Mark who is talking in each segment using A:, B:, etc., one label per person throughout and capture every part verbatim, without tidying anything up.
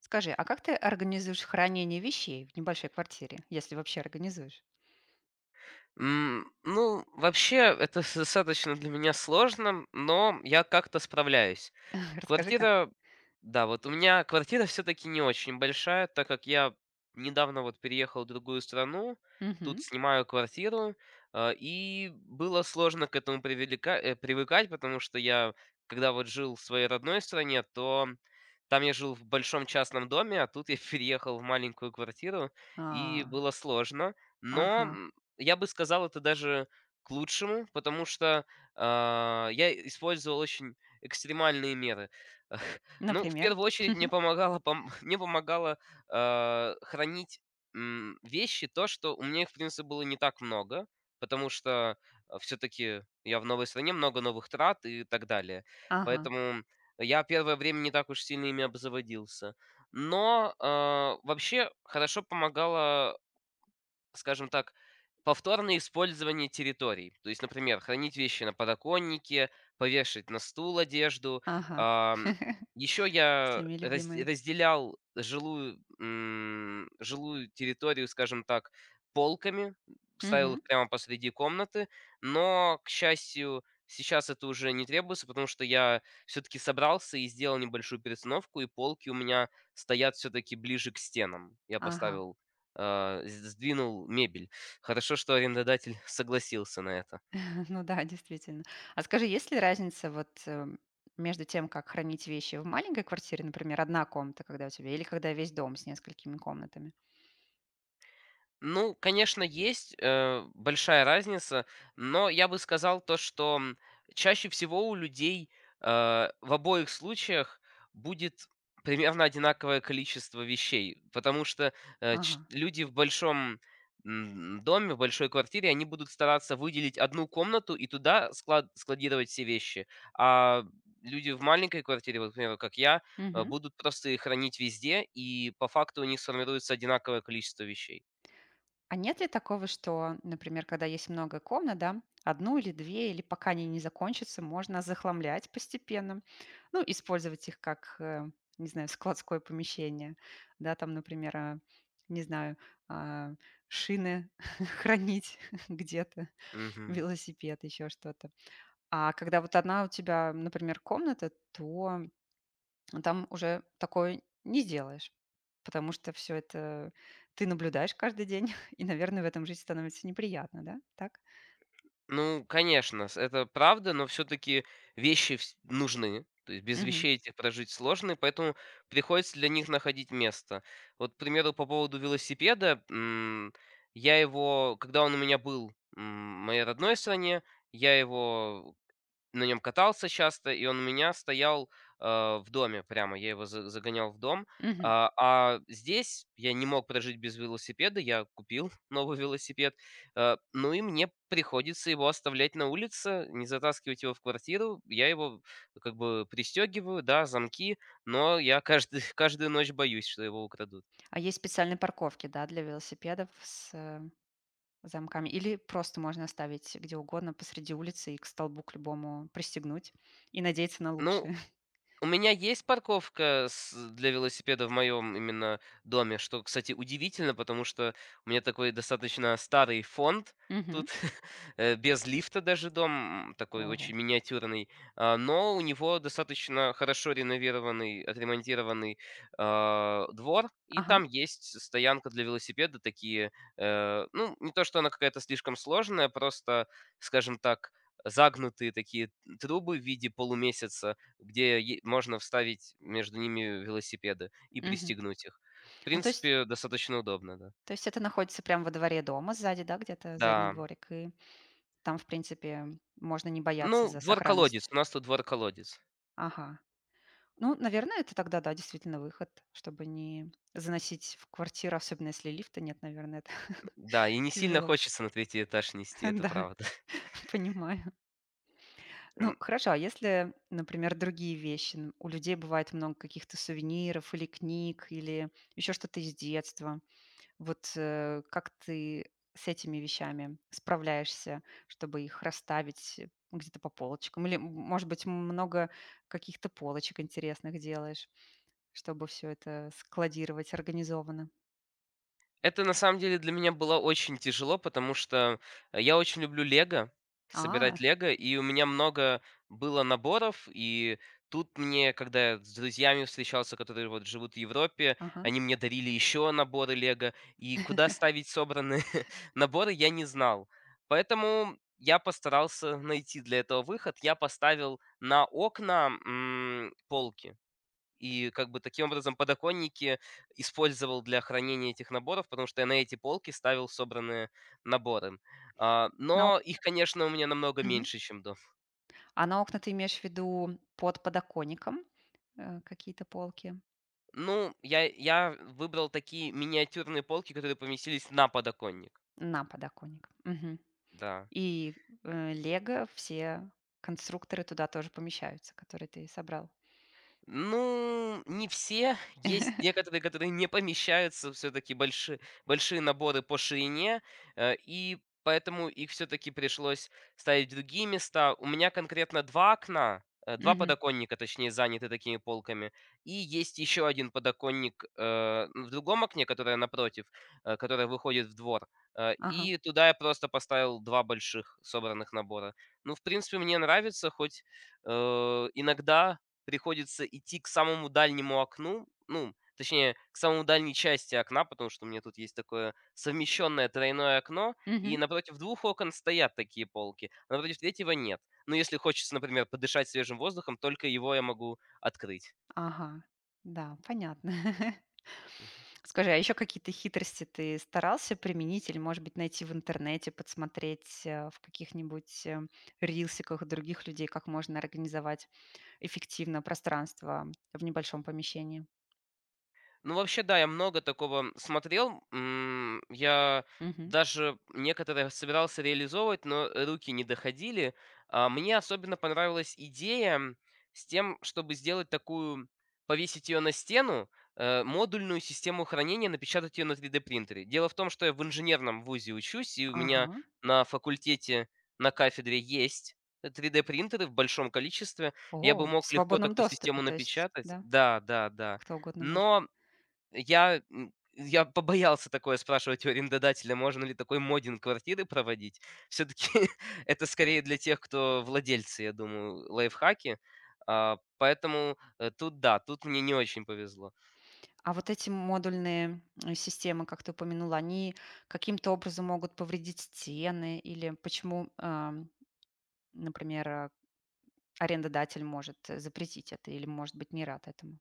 A: Скажи, а как ты организуешь хранение вещей в небольшой квартире, если вообще организуешь?
B: М, ну, вообще, это достаточно для меня сложно, но я как-то справляюсь.
A: Расскажи, как.
B: Квартира, да, вот у меня квартира все-таки не очень большая, так как я недавно вот переехал в другую страну, тут
A: Мгм.
B: снимаю квартиру, э, и было сложно к этому привелика- э, привыкать, потому что я, когда вот жил в своей родной стране, то там я жил в большом частном доме, а тут я переехал в маленькую квартиру,
A: А,
B: и было сложно. Но
A: ага.
B: я бы сказал, это даже к лучшему, потому что, а, я использовал очень экстремальные меры. Ну, в
A: Например?
B: первую очередь, мне помогало пом мне помогало, а, хранить, м, вещи, то, что у меня их, в принципе, было не так много, потому что, все таки я в новой стране, много новых трат и так далее.
A: Ага,
B: Поэтому я первое время не так уж сильно ими обзаводился. Но, а, вообще хорошо помогало, скажем так, повторное использование территорий. То есть, например, хранить вещи на подоконнике, повешать на стул одежду.
A: ага.
B: Еще я
A: Всеми
B: раз-
A: любимые.
B: разделял жилую, м, жилую территорию, скажем так, полками, ставил
A: Мгм.
B: их прямо посреди комнаты, но, к счастью, сейчас это уже не требуется, потому что я все-таки собрался и сделал небольшую перестановку, и полки у меня стоят все-таки ближе к стенам. Я
A: Ага.
B: поставил а, с сдвинул мебель. Хорошо, что арендодатель согласился на это.
A: Ну да, действительно. А скажи, есть ли разница вот э, между тем, как хранить вещи в маленькой квартире, например, одна комната, когда у тебя, или когда весь дом с несколькими комнатами?
B: Ну, конечно, есть э, большая разница, но я бы сказал то, что м, чаще всего у людей э, в обоих случаях будет примерно одинаковое количество вещей, потому что э, ч-
A: Ага.
B: люди в большом м, доме, в большой квартире, они будут стараться выделить одну комнату и туда склад складировать все вещи, а люди в маленькой квартире, вот, к примеру, как я, э, будут просто их хранить везде, и по факту у них сформируется одинаковое количество вещей.
A: А нет ли такого, что, например, когда есть много комнат, да, одну или две, или пока они не закончатся, можно захламлять постепенно, ну, использовать их как, э, не знаю, складское помещение, да, там, например, а, не знаю, а, шины хранить где-то,
B: Мгм.
A: велосипед, еще что-то. А когда вот одна у тебя, например, комната, то но там уже такое не сделаешь, потому что все это ты наблюдаешь каждый день, и, наверное, в этом жить становится неприятно, да? Так?
B: Ну, конечно, с- это правда, но все-таки вещи вс- нужны. То есть без
A: Мгм.
B: вещей этих прожить сложно, и поэтому приходится для них находить место. Вот, к примеру, по поводу велосипеда, м, я его, когда он у меня был м, в моей родной стране, я его на нем катался часто, и он у меня стоял, а, в доме прямо. Я его за загонял в дом.
A: Мгм.
B: А, а здесь я не мог прожить без велосипеда. Я купил новый велосипед. А, ну и мне приходится его оставлять на улице, не затаскивать его в квартиру. Я его как бы пристегиваю, да, замки, но я каждый каждую ночь боюсь, что его украдут.
A: А есть специальные парковки, да, для велосипедов с э, замками? Или просто можно оставить где угодно посреди улицы и к столбу к любому пристегнуть и надеяться на
B: Ну,
A: лучшее?
B: у меня есть парковка с для велосипеда в моем именно доме, что, кстати, удивительно, потому что у меня такой достаточно старый фонд
A: Мгм.
B: тут, э, без лифта даже дом, м, такой
A: Ого.
B: очень миниатюрный, а, но у него достаточно хорошо реновированный, отремонтированный, а, двор, и
A: Ага.
B: там есть стоянка для велосипеда, такие, э, ну, не то, что она какая-то слишком сложная, просто, скажем так, загнутые такие трубы в виде полумесяца, где е можно вставить между ними велосипеды и
A: Мгм.
B: пристегнуть их. В
A: Ну, то есть,
B: принципе, достаточно удобно, да.
A: то есть это находится прямо во дворе дома сзади, да, где-то задний
B: Да.
A: дворик, и там, в принципе, можно не бояться
B: Ну,
A: за сохранность.
B: двор-колодец, у нас тут двор-колодец.
A: Ага. Ну, наверное, это тогда, да, действительно выход, чтобы не заносить в квартиру, особенно если лифта нет, наверное, это
B: Да, и не сильно
A: тяжело.
B: хочется на третий этаж нести, это
A: Да,
B: правда.
A: понимаю. Ну, хорошо, а если, например, другие вещи? Н- У людей бывает много каких-то сувениров или книг, или еще что-то из детства. Вот, э, как ты с этими вещами справляешься, чтобы их расставить, э, где-то по полочкам? Или, м, может быть, много каких-то полочек интересных делаешь, чтобы все это складировать организованно?
B: Это на самом деле для меня было очень тяжело, потому что э, я очень люблю "Лего",
A: А,
B: собирать "Лего", и у меня много было наборов. И тут мне, когда я с друзьями встречался, которые вот живут в Европе,
A: ага.
B: они мне дарили еще наборы "Лего", и куда ставить собранные наборы, я не знал. Поэтому я постарался найти для этого выход. Я поставил на окна, м, полки. И как бы таким образом подоконники использовал для хранения этих наборов, потому что я на эти полки ставил собранные наборы. А,
A: На о
B: но их, конечно, у меня намного
A: мгм.
B: меньше, чем дома.
A: А на окна ты имеешь в виду под подоконником, э, какие-то полки?
B: Ну, я, я выбрал такие миниатюрные полки, которые поместились на подоконник.
A: На подоконник. Мгм.
B: Да.
A: И, э, "Лего", все конструкторы туда тоже помещаются, которые ты собрал?
B: Ну, не все. Есть некоторые, которые не помещаются, все-таки большие, большие наборы по ширине, э, и поэтому их все-таки пришлось ставить в другие места. У меня конкретно два окна, э, два
A: Мгм.
B: подоконника, точнее, заняты такими полками, и есть еще один подоконник э, в другом окне, которое напротив, э, которое выходит в двор. Э,
A: Ага.
B: И туда я просто поставил два больших собранных набора. Ну, в принципе, мне нравится, хоть э, иногда приходится идти к самому дальнему окну, ну, точнее, к самой дальней части окна, потому что у меня тут есть такое совмещенное тройное окно, и
A: Мгм.
B: напротив двух окон стоят такие полки, а напротив третьего нет. Но если хочется, например, подышать свежим воздухом, только его я могу открыть.
A: Ага. Да, понятно. Скажи, а еще какие-то хитрости ты старался применить или, может быть, найти в интернете, подсмотреть э, в каких-нибудь э, рилсиках других людей, как можно организовать эффективно пространство в небольшом помещении?
B: Ну, вообще, да, я много такого смотрел. М, Я
A: Мгм.
B: даже некоторые собирался реализовывать, но руки не доходили. А, Мне особенно понравилась идея с тем, чтобы сделать такую, повесить ее на стену, э, модульную систему хранения, напечатать ее на три дэ-принтере. Дело в том, что я в инженерном вузе учусь, и у меня
A: Ага.
B: на факультете, на кафедре есть три дэ-принтеры в большом количестве. Я бы
A: О, в
B: мог легко
A: свободном
B: такую
A: доступе,
B: систему
A: то есть,
B: напечатать.
A: да,
B: Да, да, да.
A: кто угодно может.
B: Но я, м, я побоялся такое спрашивать у арендодателя, можно ли такой моддинг квартиры проводить. Все-таки это скорее для тех, кто владельцы, я думаю, лайфхаки. А, поэтому э, тут да, тут мне не очень повезло.
A: А вот эти модульные э, системы, как ты упомянула, они каким-то образом могут повредить стены или почему а, например, а, арендодатель может, э, запретить это или может быть не рад этому.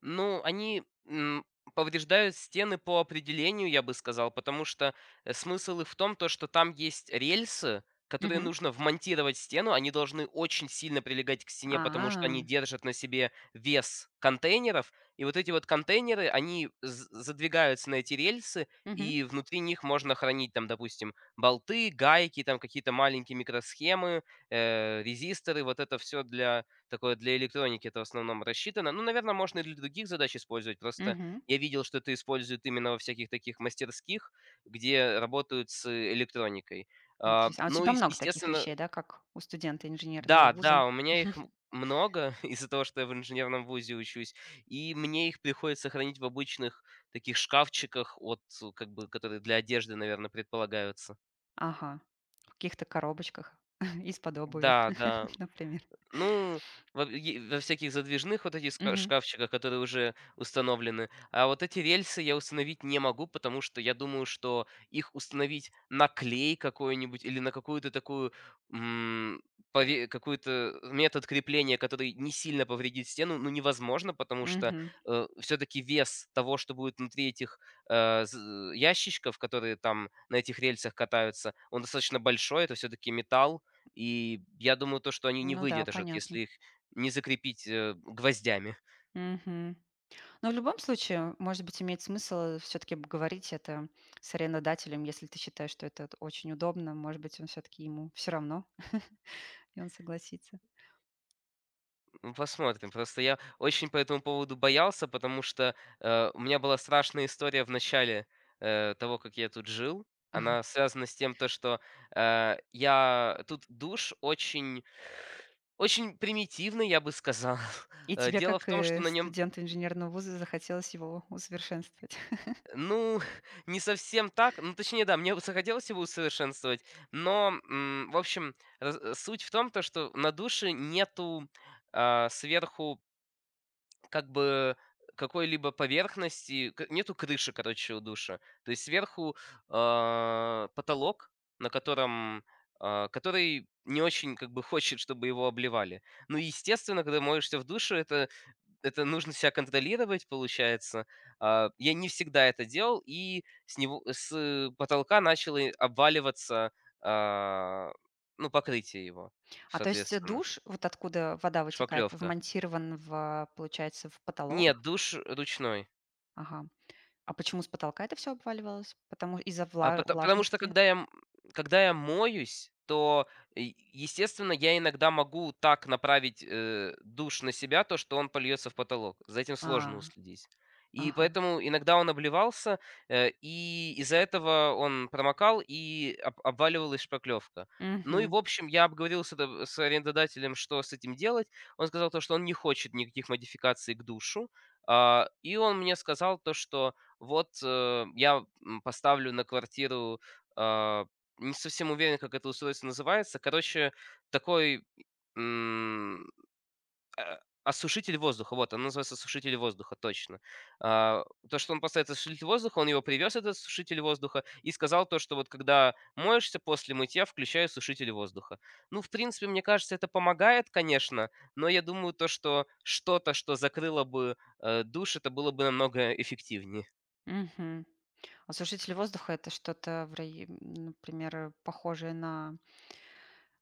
B: Ну, они м, повреждают стены по определению, я бы сказал, потому что э, смысл их в том, то, что там есть рельсы, которые
A: Мгм.
B: нужно вмонтировать в стену, они должны очень сильно прилегать к стене, потому что они
A: А,
B: держат на себе вес контейнеров, и вот эти вот контейнеры, они з- задвигаются на эти рельсы,
A: мгм,
B: и внутри них можно хранить там, допустим, болты, гайки, там какие-то маленькие микросхемы, э, резисторы, вот это все для Такое для электроники это в основном рассчитано. Ну, наверное, можно и для других задач использовать. Просто
A: мгм.
B: я видел, что это используют именно во всяких таких мастерских, где работают с электроникой. А,
A: Интересно. А у
B: ну,
A: тебя
B: и,
A: много таких
B: естественно,
A: вещей, да, как у студента инженерного
B: да,
A: вуза?
B: да, у меня их м- много из-за того, что я в инженерном вузе учусь, и мне их приходится хранить в обычных таких шкафчиках, от, э, как бы, которые для одежды, наверное, предполагаются.
A: Ага. В каких-то коробочках из-под обуви,
B: Да, да,
A: например.
B: ну, во е во всяких задвижных вот этих ска
A: Мгм,
B: шкафчиках, которые уже установлены. А вот эти рельсы я установить не могу, потому что я думаю, что их установить на клей какой-нибудь или на какую-то такую, м, пове какую-то э, метод крепления, который не сильно повредит стену, ну, невозможно, потому что,
A: мгм.
B: все таки вес того, что будет внутри этих, э, з э, ящичков, которые там на этих рельсах катаются, он достаточно большой. Это все таки металл. И я думаю, то, что они не
A: Ну да,
B: выдержат,
A: понятно.
B: если их не закрепить, э, гвоздями.
A: Мгм. Но в любом случае, может быть, имеет смысл все-таки говорить это с арендодателем, если ты считаешь, что это вот очень удобно. Может быть, он все-таки ему все равно, и он согласится.
B: Ну, посмотрим. Просто я очень по этому поводу боялся, потому что, э, у меня была страшная история в начале, э, того, как я тут жил. Она связана с тем, то что, э, я тут душ очень очень примитивный, я бы сказал.
A: И
B: Э,
A: тебе,
B: дело в
A: как,
B: том, что
A: э,
B: на нем.
A: студенту инженерного вуза, захотелось его усовершенствовать.
B: Ну, не совсем так. Ну, точнее, да, мне бы захотелось его усовершенствовать, но, м, в общем, раз- э, суть в том, то, что на душе нету а, сверху как бы э, какой-либо поверхности, к- нету крыши, короче, у душа. То есть сверху а, потолок, на котором, а, который не очень как бы хочет, чтобы его обливали. Ну и естественно, когда моешься в душе, это это нужно себя контролировать, получается. А, Я не всегда это делал, и с него с потолка начало и обваливаться, а, ну покрытие его,
A: А то есть, э,
B: соответственно,
A: душ, вот откуда вода вытекает,
B: шпаклевка.
A: вмонтирован в, получается, в
B: Нет,
A: потолок?
B: душ ручной.
A: Ага. А почему с потолка это все обваливалось? Потому из-за
B: А
A: вла
B: пото потому что
A: влажности?
B: когда я м когда я моюсь, то, е естественно, я иногда могу так направить, э, душ на себя, то, что он польется в потолок. За этим
A: А,
B: сложно уследить. И
A: ага.
B: поэтому иногда он обливался, э, и из-за этого он промокал, и об обваливалась шпаклевка. Ну и,
A: Мгм,
B: в общем, я обговорил с это с арендодателем, что с этим делать. Он сказал то, что он не хочет никаких модификаций к душу. А, и он мне сказал то, что вот, э, я, м, поставлю на квартиру, а, не совсем уверен, как это устройство называется. Короче, такой, м, осушитель воздуха. Вот, оно называется осушитель воздуха, точно. А, То, что он поставит осушитель воздуха, он его привез, этот осушитель воздуха, и сказал то, что вот когда моешься после мытья, включай осушитель воздуха. Ну, в принципе, мне кажется, это помогает, конечно, но я думаю, то, что что-то, что закрыло бы, э, душ, это было бы намного эффективнее.
A: мгм. А сушители воздуха — это что-то в рай например, э, похожее на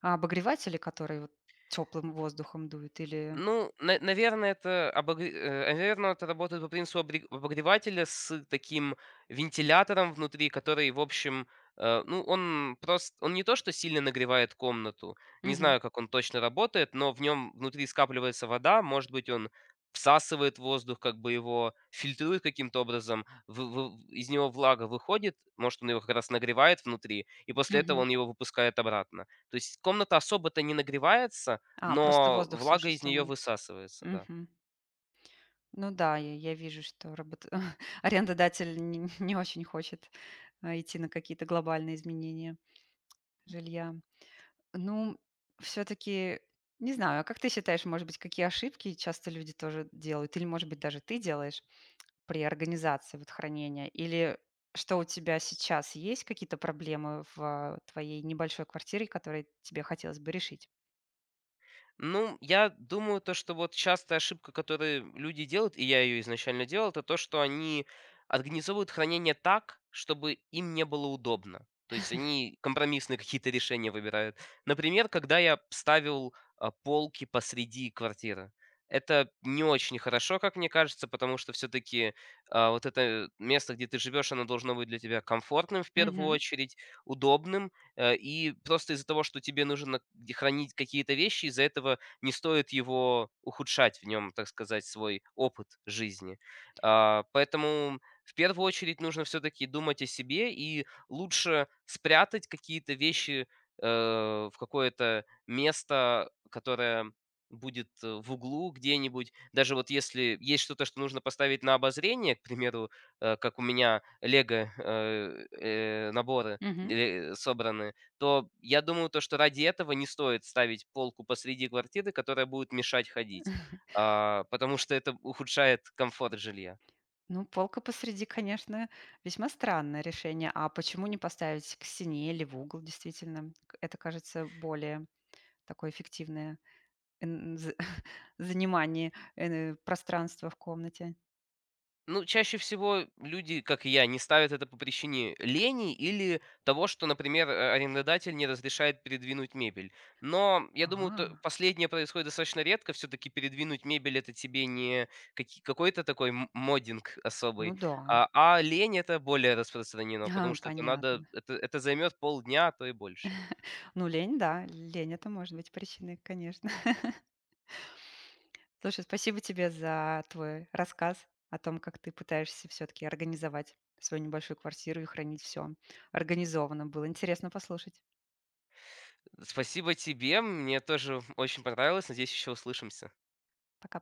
A: а, обогреватели, которые вот теплым воздухом дуют, или
B: Ну, на наверное, это обогр э, наверно, это работает по принципу обре обогревателя с таким вентилятором внутри, который, в общем, э, ну, он просто он не то что сильно нагревает комнату, не
A: Мгм,
B: знаю, как он точно работает, но в нем внутри скапливается вода, может быть, он всасывает воздух, как бы его фильтрует каким-то образом, в в из него влага выходит, может, он его как раз нагревает внутри, и после этого
A: мгм.
B: он его выпускает обратно. То есть комната особо-то не нагревается,
A: А, просто
B: но
A: воздух
B: влага
A: суше
B: из нее
A: становится.
B: высасывается, да.
A: Мгм. Ну да, я я вижу, что работ арендодатель не не очень хочет, а, идти на какие-то глобальные изменения жилья. Ну, все таки не знаю, а как ты считаешь, может быть, какие ошибки часто люди тоже делают или, может быть, даже ты делаешь при организации вот хранения? Или что у тебя сейчас есть какие-то проблемы в а, твоей небольшой квартире, которые тебе хотелось бы решить?
B: Ну, я думаю, то, что вот частая ошибка, которую люди делают, и я ее изначально делал, это то, что они организовывают хранение так, чтобы им не было удобно. То есть они компромиссные какие-то решения выбирают. Например, когда я ставил а, полки посреди квартиры. Это не очень хорошо, как мне кажется, потому что все-таки вот это место, где ты живешь, оно должно быть для тебя комфортным в первую
A: Мгм.
B: очередь, удобным, Э, и просто из-за того, что тебе нужно где хранить какие-то вещи, из-за этого не стоит его ухудшать в нем, так сказать, свой опыт жизни. А, поэтому в первую очередь нужно все-таки думать о себе и лучше спрятать какие-то вещи э, в какое-то место, которое будет э, в углу где-нибудь. Даже вот если есть что-то, что нужно поставить на обозрение, к примеру, э, как у меня лего э, э, наборы, или э, собраны, то я думаю, то, что ради этого не стоит ставить полку посреди квартиры, которая будет мешать ходить, а, потому что это ухудшает комфорт жилья.
A: Ну, полка посреди, конечно, весьма странное решение. А почему не поставить к стене или в угол, действительно? К- Это кажется более такое эффективное эн- з- занимание э, пространства в комнате.
B: Ну, чаще всего люди, как и я, не ставят это по причине лени или того, что, например, э, арендодатель не разрешает передвинуть мебель. Но я думаю, то-
A: А,
B: последнее происходит достаточно редко. Все-таки передвинуть мебель это тебе не каки- какой-то такой м- моддинг
A: ну
B: особый,
A: да.
B: а, а лень это более распространено, потому
A: А,
B: что это надо,
A: понятно.
B: это, это займет полдня, а то и больше.
A: Ну, лень, да. Лень это может быть причиной, конечно. Слушай, спасибо тебе за твой рассказ о том, как ты пытаешься все-таки организовать свою небольшую квартиру и хранить все организованно. Было интересно послушать.
B: Спасибо тебе, мне тоже очень понравилось. Надеюсь, еще услышимся.
A: Пока-пока.